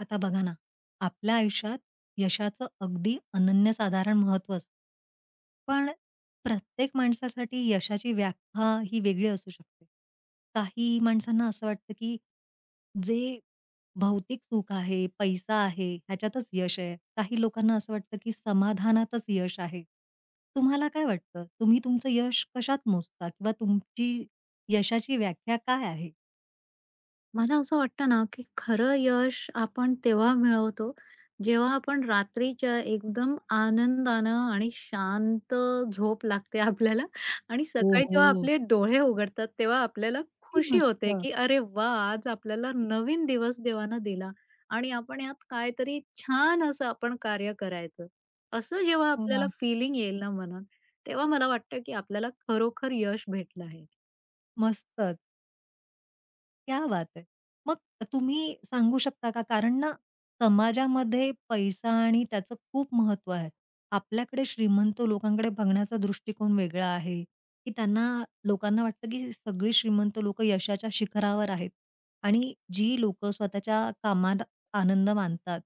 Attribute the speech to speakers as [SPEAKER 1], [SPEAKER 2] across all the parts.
[SPEAKER 1] आता बघा ना, आपल्या आयुष्यात यशाचं अगदी अनन्यसाधारण महत्त्व असतं. पण प्रत्येक माणसासाठी यशाची व्याख्या ही वेगळी असू शकते. काही माणसांना असं वाटतं, की जे भौतिक सुख आहे, पैसा आहे, ह्याच्यातच यश आहे. काही लोकांना असं वाटतं, की समाधानातच यश आहे. तुम्हाला काय वाटतं? तुम्ही तुमचं यश कशात मोजता किंवा तुमची यशाची व्याख्या काय आहे?
[SPEAKER 2] मला असं वाटतं ना, की खरं यश आपण तेव्हा मिळवतो, जेव्हा आपण रात्रीच्या एकदम आनंदानं आणि शांत झोप लागते आपल्याला आणि सकाळी जेव्हा
[SPEAKER 1] ओहो!
[SPEAKER 2] आपले डोळे उघडतात, तेव्हा आपल्याला
[SPEAKER 1] किती
[SPEAKER 2] खुशी होते,
[SPEAKER 1] मस्त.
[SPEAKER 2] की "अरे वा आज आपल्याला नवीन दिवस देवानं दिला आणि आपण यात काहीतरी छान असं आपण कार्य करायचं." असं जेव्हा आपल्याला
[SPEAKER 1] वाह!
[SPEAKER 2] फीलिंग येईल ना मनात, तेव्हा मला वाटतं, की आपल्याला खरोखर यश भेटलं आहे.
[SPEAKER 1] मस्तच. क्या बात है! मग तुम्ही सांगू शकता का? कारण ना, समाजामध्ये पैसा आणि त्याचं खूप महत्त्व आहे. आपल्याकडे श्रीमंत लोकांकडे बघण्याचा दृष्टिकोन वेगळा आहे, की त्यांना लोकांना वाटतं, की सगळी श्रीमंत लोकं यशाच्या शिखरावर आहेत आणि जी लोकं स्वतःच्या कामात आनंद मानतात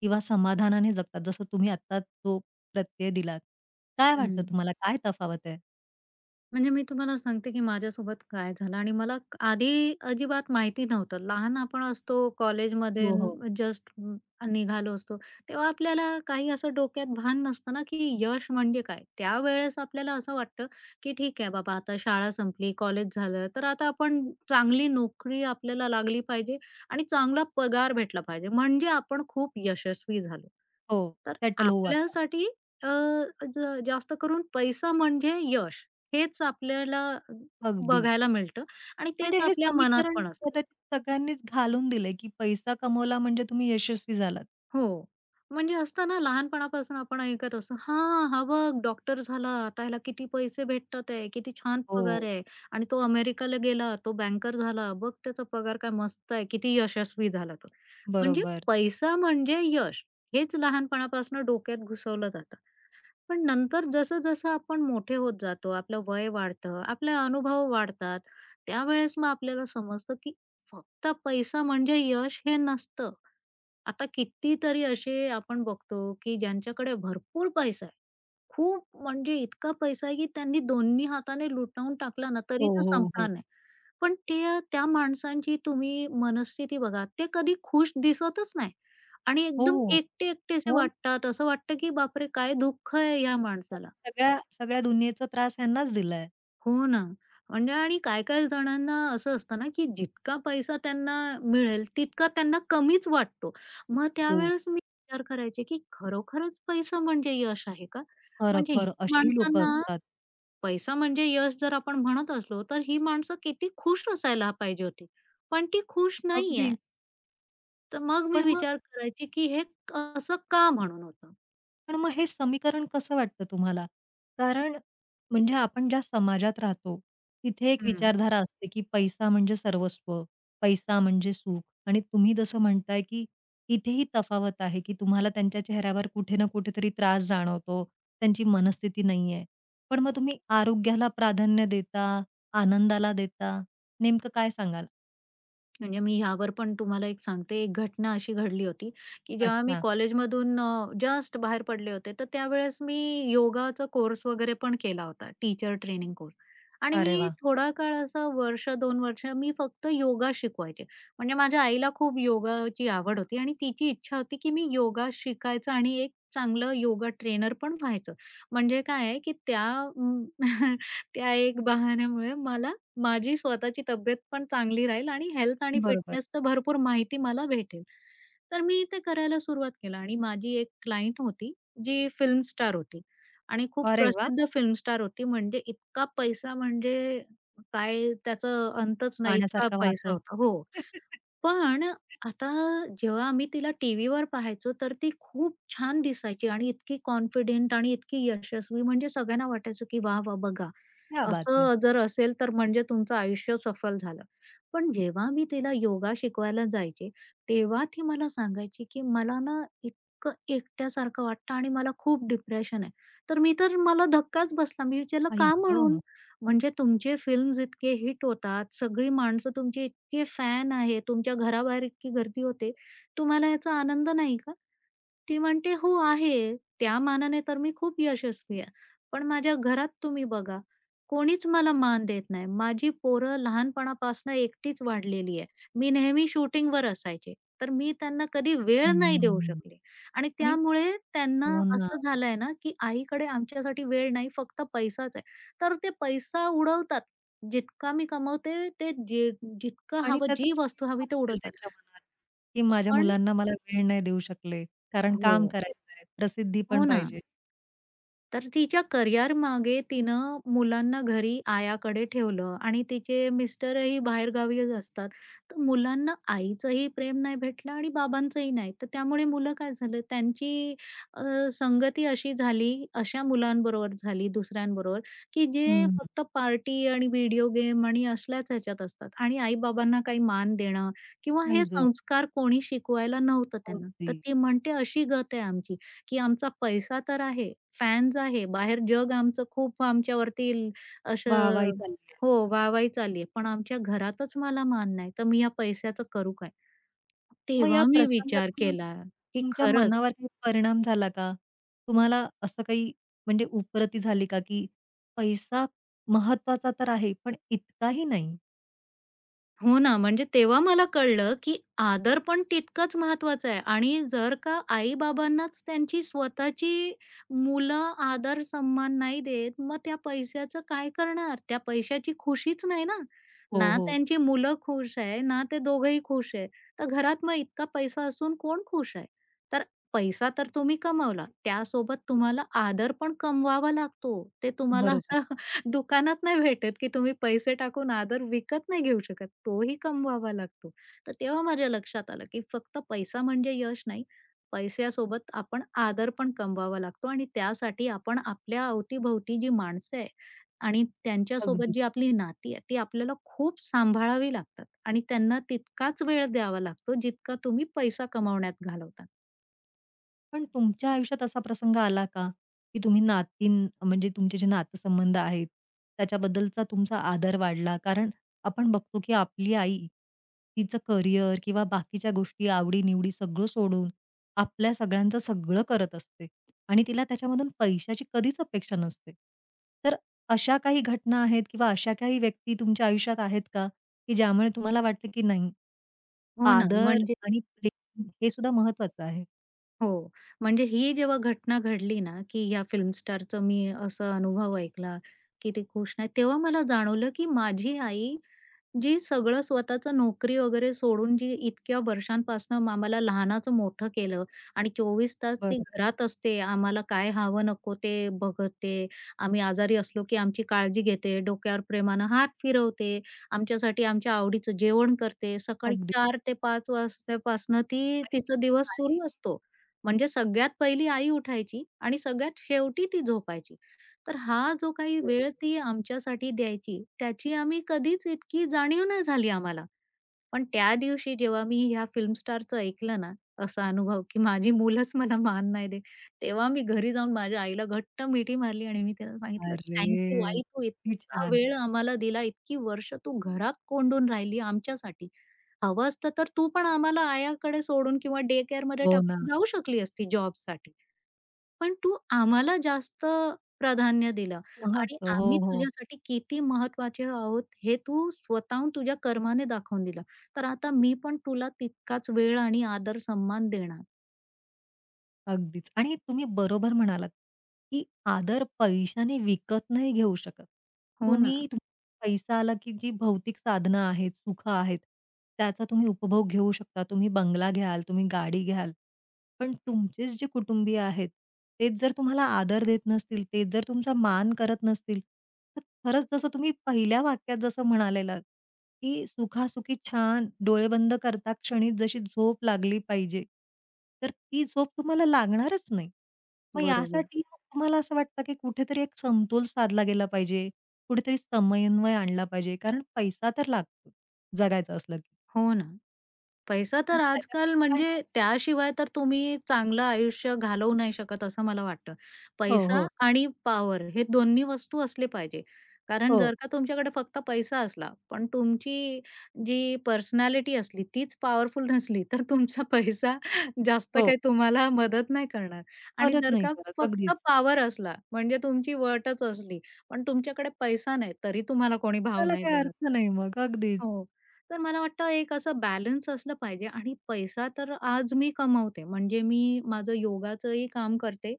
[SPEAKER 1] किंवा समाधानाने जगतात, जसं तुम्ही आत्ताच जो प्रत्यय दिलात. काय वाटतं तुम्हाला? काय तफावत आहे?
[SPEAKER 2] म्हणजे मी तुम्हाला सांगते, की माझ्यासोबत काय झालं आणि मला आधी अजिबात माहिती नव्हतं. लहान आपण असतो, कॉलेजमध्ये
[SPEAKER 1] हो, हो.
[SPEAKER 2] जस्ट निघालो असतो, तेव्हा आपल्याला काही असं डोक्यात भान नसतं ना, की यश म्हणजे काय? त्यावेळेस आपल्याला असं वाटतं, की ठीक आहे बाबा, आता शाळा संपली, कॉलेज झालं, तर आता आपण चांगली नोकरी आपल्याला लागली पाहिजे आणि चांगला पगार भेटला पाहिजे, म्हणजे आपण खूप यशस्वी झालो.
[SPEAKER 1] हो,
[SPEAKER 2] तर
[SPEAKER 1] सेटल होऊ आता.
[SPEAKER 2] आपल्यासाठी अ, ज जास्त करून पैसा म्हणजे यश. हेच आपल्याला
[SPEAKER 1] अगदी.
[SPEAKER 2] बघायला मिळतं आणि
[SPEAKER 1] म्हणजे
[SPEAKER 2] तेच
[SPEAKER 1] हे
[SPEAKER 2] आपल्या मनात
[SPEAKER 1] समीकरण
[SPEAKER 2] पण असतं.
[SPEAKER 1] कदाचित सगळ्यांनीच घालून दिलंय, की पैसा कमवला म्हणजे तुम्ही यशस्वी झालात.
[SPEAKER 2] हो. म्हणजे असतं ना लहानपणापासून आपण ऐकत असतो, "हां, हा बघ डॉक्टर झाला, आता ह्याला किती पैसे भेटतात आहे, किती छान पगार
[SPEAKER 1] हो,
[SPEAKER 2] आहे आणि तो अमेरिकाला गेला, तो बँकर झाला. बघ त्याचा पगार काय मस्त आहे, किती यशस्वी झाला तो." म्हणजे
[SPEAKER 1] बरोबर.
[SPEAKER 2] पैसा म्हणजे यश हेच लहानपणापासून डोक्यात घुसवलं जातं. पण नंतर जसं-जसं आपण मोठे होत जातो, आपलं वय वाढतं, आपले अनुभव वाढतात, त्यावेळेस मग आपल्याला समजतं, की फक्त पैसा म्हणजे यश हे नसतं. आता कितीतरी असे आपण बघतो, की ज्यांच्याकडे भरपूर पैसा आहे. खूप म्हणजे इतका पैसा आहे, की त्यांनी दोन्ही हाताने लुटावून टाकला ना,
[SPEAKER 1] हो,
[SPEAKER 2] तरी तो
[SPEAKER 1] हो, हो.
[SPEAKER 2] संपणार नाही. पण त्या माणसांची तुम्ही मनस्थिती बघा, ते कधी खुश दिसतच नाही आणि एकदम
[SPEAKER 1] हो,
[SPEAKER 2] एकटे-एकटेसे
[SPEAKER 1] हो ना.
[SPEAKER 2] वाटतात. असं वाटतं, की बापरे! काय दुःख आहे या माणसाला.
[SPEAKER 1] सगळ्या सगळ्या दुनियेचा त्रास ह्यांनाच दिलाय.
[SPEAKER 2] हो ना. म्हणजे आणि काही-काही जणांना असं असतं ना, की जितका पैसा त्यांना मिळेल, तितका त्यांना कमीच वाटतो. मग
[SPEAKER 1] हो.
[SPEAKER 2] त्यावेळेस मी विचार करायचे, की खरोखरच पैसा म्हणजे यश आहे का?
[SPEAKER 1] खरं,
[SPEAKER 2] म्हणजे या
[SPEAKER 1] खरं. अशीही लोकं
[SPEAKER 2] माणसांना
[SPEAKER 1] असतात.
[SPEAKER 2] पैसा म्हणजे यश जर आपण म्हणत असलो, तर ही माणसं किती खुश असायला पाहिजे होती. पण ती खुश
[SPEAKER 1] अगदी.
[SPEAKER 2] नाहीये. तर मग मी
[SPEAKER 1] पण मग
[SPEAKER 2] विचार करायची, की असं का म्हणून होतं?
[SPEAKER 1] पण मग हे समीकरण कसं वाटतं तुम्हाला? कारण म्हणजे आपण ज्या समाजात राहतो, तिथे एक विचारधारा असते, की पैसा म्हणजे सर्वस्व, पैसा म्हणजे सुख आणि तुम्ही जसं म्हणताय, की इथेही तफावत आहे, की तुम्हाला त्यांच्या चेहऱ्यावर कुठे ना कुठेतरी त्रास जाणवतो, त्यांची मनस्थिती नाहीये. पण मग तुम्ही आरोग्याला प्राधान्य देता, आनंदाला देता, नेमकं काय सांगाल?
[SPEAKER 2] म्हणजे मी ह्यावर पण तुम्हाला एक सांगते, एक घटना अशी घडली होती, की जेव्हा मी
[SPEAKER 1] अच्छा.
[SPEAKER 2] कॉलेजमधून जस्ट बाहेर पडले होते, तर त्यावेळेस मी योगाचा कोर्स वगैरे पण केला होता, टीचर ट्रेनिंग कोर्स. आणि
[SPEAKER 1] अरे
[SPEAKER 2] मी
[SPEAKER 1] वाह!
[SPEAKER 2] थोडा काळ असा वर्ष दोन वर्ष मी फक्त योगा शिकवायचे. म्हणजे माझ्या आईला खूप योगाची आवड होती आणि तिची इच्छा होती, की मी योगा शिकायचं आणि एक चांगलं योगा ट्रेनर पण व्हायचं. म्हणजे काय आहे, की अं, त्या एक बहाण्यामुळे मला माझी स्वतःची तब्येत पण चांगली राहील आणि हेल्थ आणि
[SPEAKER 1] बरोबर.
[SPEAKER 2] फिटनेसचं भरपूर माहिती मला भेटेल. तर मी ते करायला सुरुवात केलं आणि माझी एक क्लायंट होती, जी फिल्म स्टार होती आणि खूप
[SPEAKER 1] अरे वाह!
[SPEAKER 2] प्रसिद्ध फिल्म स्टार होती. म्हणजे इतका पैसा म्हणजे काय त्याचं अंतच नाही, इतका
[SPEAKER 1] पाण्यासारखा
[SPEAKER 2] पैसा
[SPEAKER 1] वाहतोय.
[SPEAKER 2] होता. हो. पण आता जेव्हा आम्ही तिला टीव्हीवर पाहायचो, तर ती खूप छान दिसायची आणि इतकी कॉन्फिडंट आणि इतकी यशस्वी म्हणजे सगळ्यांना वाटायचं की वाह, वाह! बघा.
[SPEAKER 1] क्या बात है!
[SPEAKER 2] असं जर असेल तर म्हणजे तुमचं आयुष्य सफल झालं. पण जेव्हा मी तिला योगा शिकवायला जायचे, तेव्हा ती मला सांगायची, की "मला ना इतकं एकट्यासारखं वाटतं आणि मला खूप डिप्रेशन आहे." तर मला धक्काच बसला. मी विचारलं,
[SPEAKER 1] आई
[SPEAKER 2] "का म्हणून?"
[SPEAKER 1] गं!
[SPEAKER 2] म्हणजे तुमचे फिल्म्स इतके हिट होतात, सगळी माणसं तुमचे इतके फॅन आहे, तुमच्या घराबाहेर इतकी गर्दी होते. तुम्हाला याचा आनंद नाही का? ती म्हणते, "हो आहे. त्या मानाने तर मी खूप यशस्वी आहे. पण माझ्या घरात तुम्ही बघा. कोणीच मला मान देत नाही. माझी पोरं लहानपणापासून एकटीच वाढलेली आहे. मी नेहमी शूटिंगवर असायचे. तर मी त्यांना कधी वेळ नाही देऊ
[SPEAKER 1] हम्म.
[SPEAKER 2] शकले आणि
[SPEAKER 1] आणि
[SPEAKER 2] त्यामुळे त्यांना
[SPEAKER 1] हो ना.
[SPEAKER 2] असं झालंय ना, की आईकडे आमच्यासाठी वेळ नाही, फक्त पैसाच आहे. तर ते पैसा उडवतात. जितका मी कमवते ते जे जितकं
[SPEAKER 1] आणि
[SPEAKER 2] हवं,
[SPEAKER 1] त्याचं
[SPEAKER 2] जी वस्तू
[SPEAKER 1] गिल्ट
[SPEAKER 2] हवी
[SPEAKER 1] पण
[SPEAKER 2] ते
[SPEAKER 1] असेल
[SPEAKER 2] उडवतात.
[SPEAKER 1] त्यांच्या मनात, की माझ्या
[SPEAKER 2] पण
[SPEAKER 1] मुलांना मला वेळ नाही देऊ शकले, कारण काम
[SPEAKER 2] हो.
[SPEAKER 1] करायचं आहे, प्रसिद्धी पण
[SPEAKER 2] हो ना.
[SPEAKER 1] पाहिजे.
[SPEAKER 2] तर तिच्या करिअरमागे तिनं मुलांना घरी आयाकडे ठेवलं आणि तिचे मिस्टरही बाहेरगावीच असतात. तर मुलांना आईचंही प्रेम नाही भेटलं आणि बाबांचंही नाही. तर त्यामुळे मुलं काय झालं, अ, संगती अशी झाली, अशा मुलांबरोबर झाली, दुसऱ्यांबरोबर, की जे
[SPEAKER 1] हं.
[SPEAKER 2] फक्त पार्टी आणि व्हिडिओ गेम आणि असल्याच ह्याच्यात असतात आणि आई-बाबांना काही मान देणं किंवा
[SPEAKER 1] आई
[SPEAKER 2] हे
[SPEAKER 1] गं!
[SPEAKER 2] संस्कार कोणी शिकवायला नव्हतं त्यांना.
[SPEAKER 1] अगदी.
[SPEAKER 2] तर ती म्हणते, "अशी गत आहे आमची." की आमचा पैसा तर आहे, फॅन्स आहे, बाहेर जग आमचं खूप आमच्यावरती ल-
[SPEAKER 1] वाहवाही
[SPEAKER 2] असं
[SPEAKER 1] चालली आहे.
[SPEAKER 2] हो, वाहवाही चालली आहे. पण आमच्या घरातच मला मान नाही, तर मी या पैशाचं करू काय?
[SPEAKER 1] मग या
[SPEAKER 2] तेव्हा मी विचार
[SPEAKER 1] प्रसंगातून
[SPEAKER 2] केला, की
[SPEAKER 1] तुमच्या
[SPEAKER 2] खरंच
[SPEAKER 1] मनावर काही परिणाम झाला का? तुम्हाला असं काही म्हणजे उपरती झाली का, की पैसा महत्वाचा तर आहे, पण इतकाही नाही?
[SPEAKER 2] हो ना, म्हणजे तेव्हा मला कळलं, की आदर पण तितकाच महत्वाचा आहे आणि जर का आई-बाबांनाच त्यांची स्वतःची मुलं आदर सन्मान नाही देत, मग त्या पैशाचं काय करणार? त्या पैशाची खुशीच नाही ना.
[SPEAKER 1] हो,
[SPEAKER 2] ना
[SPEAKER 1] हो.
[SPEAKER 2] त्यांची मुलं खुश आहे, ना ते दोघंही खुश आहे. तर घरात मग इतका पैसा असून कोण खुश आहे? तर पैसा तर तुम्ही कमवला, त्यासोबत तुम्हाला आदर पण कमवावा लागतो. ते तुम्हाला
[SPEAKER 1] बरोबर.
[SPEAKER 2] असं दुकानात नाही भेटत, की तुम्ही पैसे टाकून आदर विकत नाही घेऊ शकत. तोही कमवावा लागतो. तर तेव्हा माझ्या लक्षात आलं, की फक्त पैसा म्हणजे यश नाही. पैशासोबत आपण आदर पण कमवावा लागतो आणि त्यासाठी आपण आपल्या अवतीभोवती जी माणसं आहे आणि त्यांच्यासोबत
[SPEAKER 1] अगदी.
[SPEAKER 2] जी आपली नाती आहे, ती आपल्याला खूप सांभाळावी लागतात आणि त्यांना तितकाच वेळ द्यावा लागतो, जितका तुम्ही पैसा कमावण्यात घालवता.
[SPEAKER 1] पण तुमच्या आयुष्यात असा प्रसंग आला का, की तुम्ही नातीन म्हणजे तुमचे जे नातेसंबंध आहेत, त्याच्याबद्दलचा तुमचा आदर वाढला? कारण आपण बघतो, की आपली आई तिचं करियर किंवा बाकीच्या गोष्टी, आवडी-निवडी सगळं सोडून आपल्या सगळ्यांचं सगळं करत असते आणि तिला त्याच्यामधून पैशाची कधीच अपेक्षा नसते. तर अशा काही घटना आहेत किंवा अशा काही व्यक्ती तुमच्या आयुष्यात आहेत का, की ज्यामुळे तुम्हाला वाटलं, की नाही
[SPEAKER 2] हो ना.
[SPEAKER 1] आदर
[SPEAKER 2] म्हणजे
[SPEAKER 1] आणि प्रेम हे सुद्धा महत्वाचं आहे?
[SPEAKER 2] हो. म्हणजे ही जेव्हा घटना घडली ना, की या फिल्म स्टारचं मी असा अनुभव ऐकला, की ते खुश नाहीत. तेव्हा मला जाणवलं, की माझी आई जी सगळं स्वतःचं नोकरी वगैरे सोडून जी इतक्या वर्षांपासनं आम्हाला लहानाचं मोठं केलं आणि 24 तास ती
[SPEAKER 1] बरोबर.
[SPEAKER 2] घरात असते. आम्हाला काय हवं नको ते बघते. आम्ही आजारी असलो की आमची काळजी घेते. डोक्यावर प्रेमानं हात फिरवते. आमच्यासाठी आमच्या आवडीचं जेवण करते. सकाळी
[SPEAKER 1] अगदी.
[SPEAKER 2] 4:00 ते 5:00 वाजतापासनं ती
[SPEAKER 1] आणि ती
[SPEAKER 2] तिचा दिवस
[SPEAKER 1] काळजी
[SPEAKER 2] सुरू असतो. म्हणजे सगळ्यात पहिली आई उठायची आणि सगळ्यात शेवटी ती झोपायची. तर हा जो काही
[SPEAKER 1] घेतो.
[SPEAKER 2] वेळ ती आमच्यासाठी द्यायची, त्याची आम्ही कधीच इतकी जाणीव नाही झाली आम्हाला. पण त्या दिवशी जेव्हा मी ह्या फिल्म स्टारचं ऐकलं ना, असा अनुभव की माझी मुलंच मला मान नाही देत. तेव्हा मी घरी जाऊन माझ्या आईला घट्ट मिठी मारली आणि मी तिला सांगितलं,
[SPEAKER 1] अरे!
[SPEAKER 2] "थँक आई, तू
[SPEAKER 1] किती
[SPEAKER 2] इतका
[SPEAKER 1] छान.
[SPEAKER 2] वेळ आम्हाला दिला, इतकी वर्ष तू घरात कोंडून राहिली आमच्यासाठी. हवं असतं तर तू पण आम्हाला आयाकडे सोडून किंवा डे केअरमध्ये
[SPEAKER 1] हो ना.
[SPEAKER 2] टाकून जाऊ शकली असती जॉबसाठी." पण तू आम्हाला जास्त प्राधान्य दिलं आणि
[SPEAKER 1] महत्त्व. हो,
[SPEAKER 2] आम्ही
[SPEAKER 1] हो.
[SPEAKER 2] तुझ्यासाठी किती महत्वाचे आहोत हे तू स्वतःहून तुझ्या कर्माने दाखवून दिलं. तर आता मी पण तुला तितकाच वेळ आणि आदर सन्मान देणार.
[SPEAKER 1] अगदीच. आणि तुम्ही बरोबर म्हणालात, की आदर पैशाने विकत नाही घेऊ शकत.
[SPEAKER 2] हो ना.
[SPEAKER 1] तुम्ही पैसा आला, की जी भौतिक साधनं आहेत, सुख आहेत, त्याचा तुम्ही उपभोग घेऊ शकता. तुम्ही बंगला घ्याल, तुम्ही गाडी घ्याल. पण तुमचेच जे कुटुंबीय आहेत, तेच जर तुम्हाला आदर देत नसतील, तेच जर तुमचा मान करत नसतील, तर खरंच जसं तुम्ही पहिल्या वाक्यात जसं म्हणालेलात, की सुखासुखी छान डोळे बंद करता क्षणी जशी झोप लागली पाहिजे, तर ती झोप तुम्हाला लागणारच नाही. मग
[SPEAKER 2] बरोबर.
[SPEAKER 1] यासाठी मग तुम्हाला असं वाटतं, की कुठेतरी एक समतोल साधला गेला पाहिजे, कुठेतरी समन्वय आणला पाहिजे, कारण पैसा तर लागतो जगायचं असलं की.
[SPEAKER 2] हो ना. पैसा
[SPEAKER 1] मग
[SPEAKER 2] तर आजकाल
[SPEAKER 1] त्याच्याबद्दल काय
[SPEAKER 2] म्हणजे
[SPEAKER 1] सांगाल?
[SPEAKER 2] त्याशिवाय तर तुम्ही चांगलं आयुष्य घालवू नाही शकत असं मला वाटतं.
[SPEAKER 1] हो,
[SPEAKER 2] पैसा
[SPEAKER 1] हो,
[SPEAKER 2] आणि पॉवर हे दोन्ही वस्तू असले पाहिजे. कारण
[SPEAKER 1] हो,
[SPEAKER 2] जर का तुमच्याकडे फक्त पैसा असला, पण तुमची जी पर्सनॅलिटी असली तीच पॉवरफुल नसली, तर तुमचा पैसा जास्त
[SPEAKER 1] हो.
[SPEAKER 2] काही तुम्हाला मदत नाही करणार. आणि
[SPEAKER 1] मदत
[SPEAKER 2] जर
[SPEAKER 1] नाही
[SPEAKER 2] का
[SPEAKER 1] करत
[SPEAKER 2] फक्त
[SPEAKER 1] अगदीच.
[SPEAKER 2] पॉवर असला म्हणजे तुमची वटच असली, पण तुमच्याकडे पैसा नाही, तरी तुम्हाला कोणी भाव
[SPEAKER 1] त्याला
[SPEAKER 2] नाही
[SPEAKER 1] काही
[SPEAKER 2] देणार.
[SPEAKER 1] अर्थ नाही मग अगदीच.
[SPEAKER 2] हो. तर मला वाटतं एक असं बॅलन्स असलं पाहिजे आणि पैसा तर आज मी कमवते. म्हणजे मी माझं योगाचंही काम करते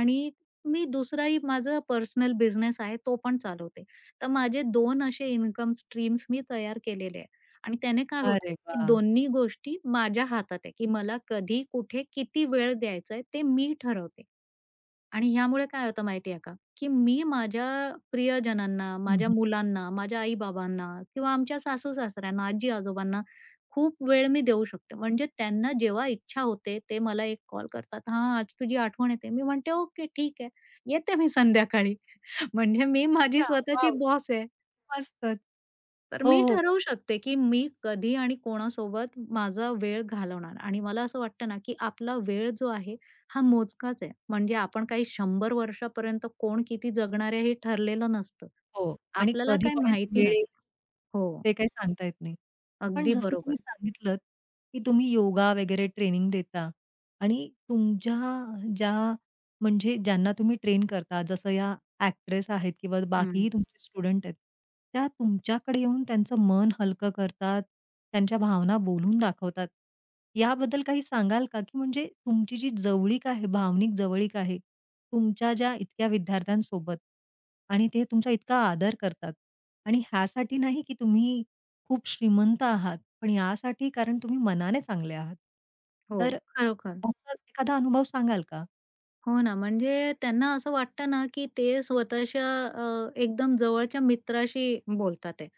[SPEAKER 2] आणि मी दुसराही माझा पर्सनल बिझनेस आहे तो पण चालवते. तर माझे दोन असे इन्कम स्ट्रीम्स मी तयार केलेले आहे आणि त्याने काय
[SPEAKER 1] अरे
[SPEAKER 2] होतं, की
[SPEAKER 1] वाह!
[SPEAKER 2] दोन्ही गोष्टी माझ्या हातात आहे, की मला कधी, कुठे, किती वेळ द्यायचा आहे ते मी ठरवते. आणि ह्यामुळे काय होतं माहिती आहे का, की मी माझ्या प्रियजनांना,
[SPEAKER 1] हं,
[SPEAKER 2] माझ्या मुलांना, माझ्या आई-बाबांना किंवा आमच्या सासू-सासऱ्यांना, आजी-आजोबांना खूप वेळ मी देऊ शकते. म्हणजे त्यांना जेव्हा इच्छा होते, ते मला एक कॉल करतात, "हां, आज तुझी आठवण येते." मी म्हणते, "ओके, ठीक आहे. येते मी संध्याकाळी." म्हणजे मी माझी
[SPEAKER 1] क्या वाह!
[SPEAKER 2] स्वतःची
[SPEAKER 1] वाह!
[SPEAKER 2] बॉस आहे.
[SPEAKER 1] मस्तच.
[SPEAKER 2] तर
[SPEAKER 1] हो,
[SPEAKER 2] मी
[SPEAKER 1] हो.
[SPEAKER 2] ठरवू शकते, की मी कधी आणि कोणासोबत माझा वेळ घालवणार आणि मला असं वाटतं ना, की आपला वेळ जो आहे हा मोजकाच आहे. म्हणजे आपण काही 100 वर्षापर्यंत कोण किती जगणार आहे हे ठरलेलं नसतं.
[SPEAKER 1] हो आणि
[SPEAKER 2] आपल्याला
[SPEAKER 1] कधी
[SPEAKER 2] काही
[SPEAKER 1] कोणाची
[SPEAKER 2] माहिती
[SPEAKER 1] वेळ येईल,
[SPEAKER 2] नसतं. हो,
[SPEAKER 1] ते काही सांगता येत नाही. पण
[SPEAKER 2] अगदी
[SPEAKER 1] जसं तुम्ही
[SPEAKER 2] बरोबर.
[SPEAKER 1] सांगितलंत, की तुम्ही योगा वगैरे ट्रेनिंग देता आणि तुमच्या ज्या म्हणजे ज्यांना तुम्ही ट्रेन करता, जसं या एक्ट्रेस आहेत किंवा
[SPEAKER 2] हं.
[SPEAKER 1] बाकीही तुमचे स्टुडंट आहेत, त्या तुमच्याकडे येऊन त्यांचं मन हलकं करतात, त्यांच्या भावना बोलून दाखवतात. याबद्दल काही सांगाल का? की म्हणजे तुमची जी जवळीक आहे, भावनिक जवळीक आहे, तुमच्या ज्या इतक्या विद्यार्थ्यांसोबत आणि ते तुमचा इतका आदर करतात आणि ह्यासाठी नाही की तुम्ही खूप श्रीमंत आहात, पण यासाठी कारण तुम्ही मनाने चांगले आहात.
[SPEAKER 2] हो,
[SPEAKER 1] तर
[SPEAKER 2] खरोखर.
[SPEAKER 1] असा एखादा अनुभव सांगाल का?
[SPEAKER 2] हो ना, म्हणजे त्यांना असं वाटतं ना, की ते स्वतःच्या एकदम जवळच्या मित्राशी बोलतात आहे,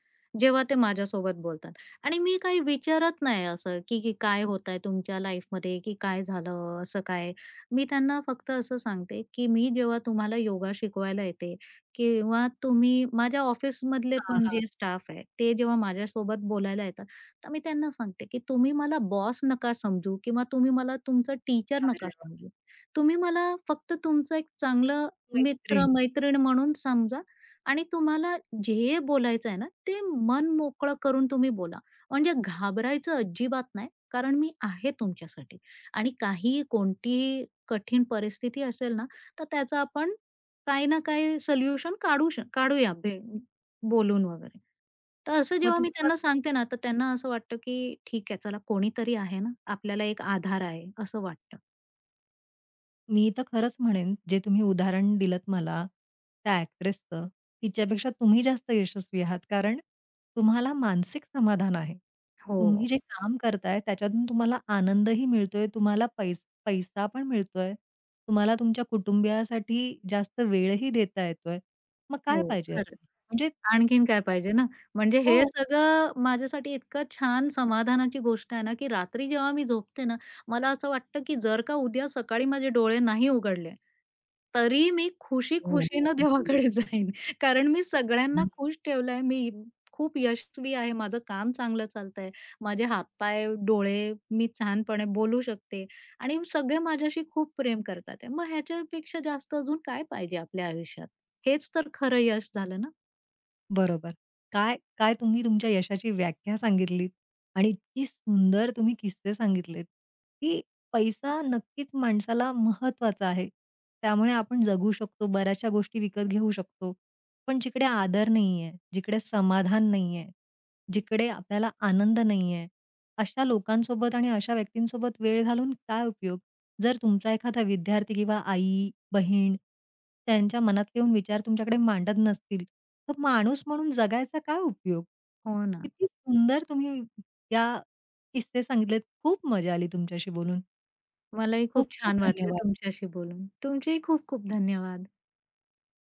[SPEAKER 2] जेव्हा ते माझ्यासोबत बोलतात. आणि मी काही विचारत नाही असं, की की काय होतंय तुमच्या लाईफमध्ये, की काय झालं, असं काय? मी त्यांना फक्त असं सांगते, की मी जेव्हा तुम्हाला योगा शिकवायला येते किंवा तुम्ही माझ्या ऑफिसमधले
[SPEAKER 1] हां,
[SPEAKER 2] पण
[SPEAKER 1] हां.
[SPEAKER 2] जे स्टाफ आहे, ते जेव्हा माझ्यासोबत बोलायला येतात, तर मी त्यांना सांगते, की तुम्ही मला बॉस नका समजू किंवा तुम्ही मला तुमचं टीचर
[SPEAKER 1] अरे
[SPEAKER 2] नका
[SPEAKER 1] वाह!
[SPEAKER 2] समजू. तुम्ही मला फक्त तुमचं एक चांगलं
[SPEAKER 1] मैत्रीण.
[SPEAKER 2] मित्र-मैत्रीण म्हणून समजा आणि तुम्हाला जे बोलायचं आहे ना, ते मन मोकळं करून तुम्ही बोला. म्हणजे घाबरायचं अजिबात नाही, कारण मी आहे तुमच्यासाठी आणि काहीही कोणतीही कठीण परिस्थिती असेल ना, तर त्याचं आपण काही ना काही सोल्युशन काढू शक काढूया बोलून वगैरे. तर असं
[SPEAKER 1] मग
[SPEAKER 2] जेव्हा मी
[SPEAKER 1] तुम्हाला
[SPEAKER 2] त्यांना सांगते ना, तर त्यांना असं वाटतं, की ठीक आहे, चला कोणीतरी आहे ना, आपल्याला एक आधार आहे, असं वाटतं.
[SPEAKER 1] मी तर खरंच म्हणेन, जे तुम्ही उदाहरण दिलंत मला, त्या एक्ट्रेसचं, तिच्यापेक्षा तुम्ही जास्त यशस्वी आहात. कारण तुम्हाला मानसिक समाधान आहे.
[SPEAKER 2] हो.
[SPEAKER 1] तुम्ही जे काम करताय त्याच्यातून तुम्हाला आनंदही मिळतोय, तुम्हाला पैसा पण मिळतोय, तुम्हाला तुमच्या कुटुंबियासाठी जास्त वेळही देता येतोय. मग काय
[SPEAKER 2] हो,
[SPEAKER 1] पाहिजे
[SPEAKER 2] खरं.
[SPEAKER 1] अजून? म्हणजे
[SPEAKER 2] आणखीन काय पाहिजे ना, म्हणजे हे
[SPEAKER 1] हो.
[SPEAKER 2] सगळं माझ्यासाठी इतकं छान समाधानाची गोष्ट आहे ना, की रात्री जेव्हा मी झोपते ना, मला असं वाटतं, की जर का उद्या सकाळी माझे डोळे नाही उघडले, तरी मी
[SPEAKER 1] हो, हो,
[SPEAKER 2] खुशी-खुशीनं
[SPEAKER 1] हो.
[SPEAKER 2] देवाकडे जाईन. कारण मी सगळ्यांना खुश ठेवलंय. मी खूप यशस्वी आहे. माझं काम चांगलं चालतंय. माझे हातपाय, डोळे मी छानपणे बोलू शकते आणि सगळे माझ्याशी खूप प्रेम करतात मग ह्याच्यापेक्षा जास्त अजून काय पाहिजे आपल्या आयुष्यात? हेच तर खरं यश झालं ना.
[SPEAKER 1] बरोबर. काय काय तुम्ही तुमच्या यशाची व्याख्या सांगितलीत आणि इतकी सुंदर तुम्ही किस्से सांगितलेत, की पैसा नक्कीच माणसाला महत्वाचा आहे. त्यामुळे आपण जगू शकतो, बऱ्याचशा गोष्टी विकत घेऊ शकतो. पण जिकडे आदर नाहीये, जिकडे समाधान नाहीये, जिकडे आपल्याला आनंद नाहीये, अशा लोकांसोबत आणि अशा व्यक्तींसोबत वेळ घालून काय उपयोग? जर तुमचा एखादा विद्यार्थी किंवा आई, बहीण त्यांच्या मनातले येऊन विचार तुमच्याकडे मांडत नसतील, तर माणूस म्हणून जगायचा काय उपयोग?
[SPEAKER 2] हो ना.
[SPEAKER 1] किती सुंदर तुम्ही या किस्से सांगितलेत. खूप मजा आली तुमच्याशी बोलून.
[SPEAKER 2] मलाही
[SPEAKER 1] खूप
[SPEAKER 2] खूप
[SPEAKER 1] खूप
[SPEAKER 2] छान वाटलं
[SPEAKER 1] धन्यवाद.
[SPEAKER 2] तुमच्याशी बोलून. तुमचेही खूप खूप धन्यवाद.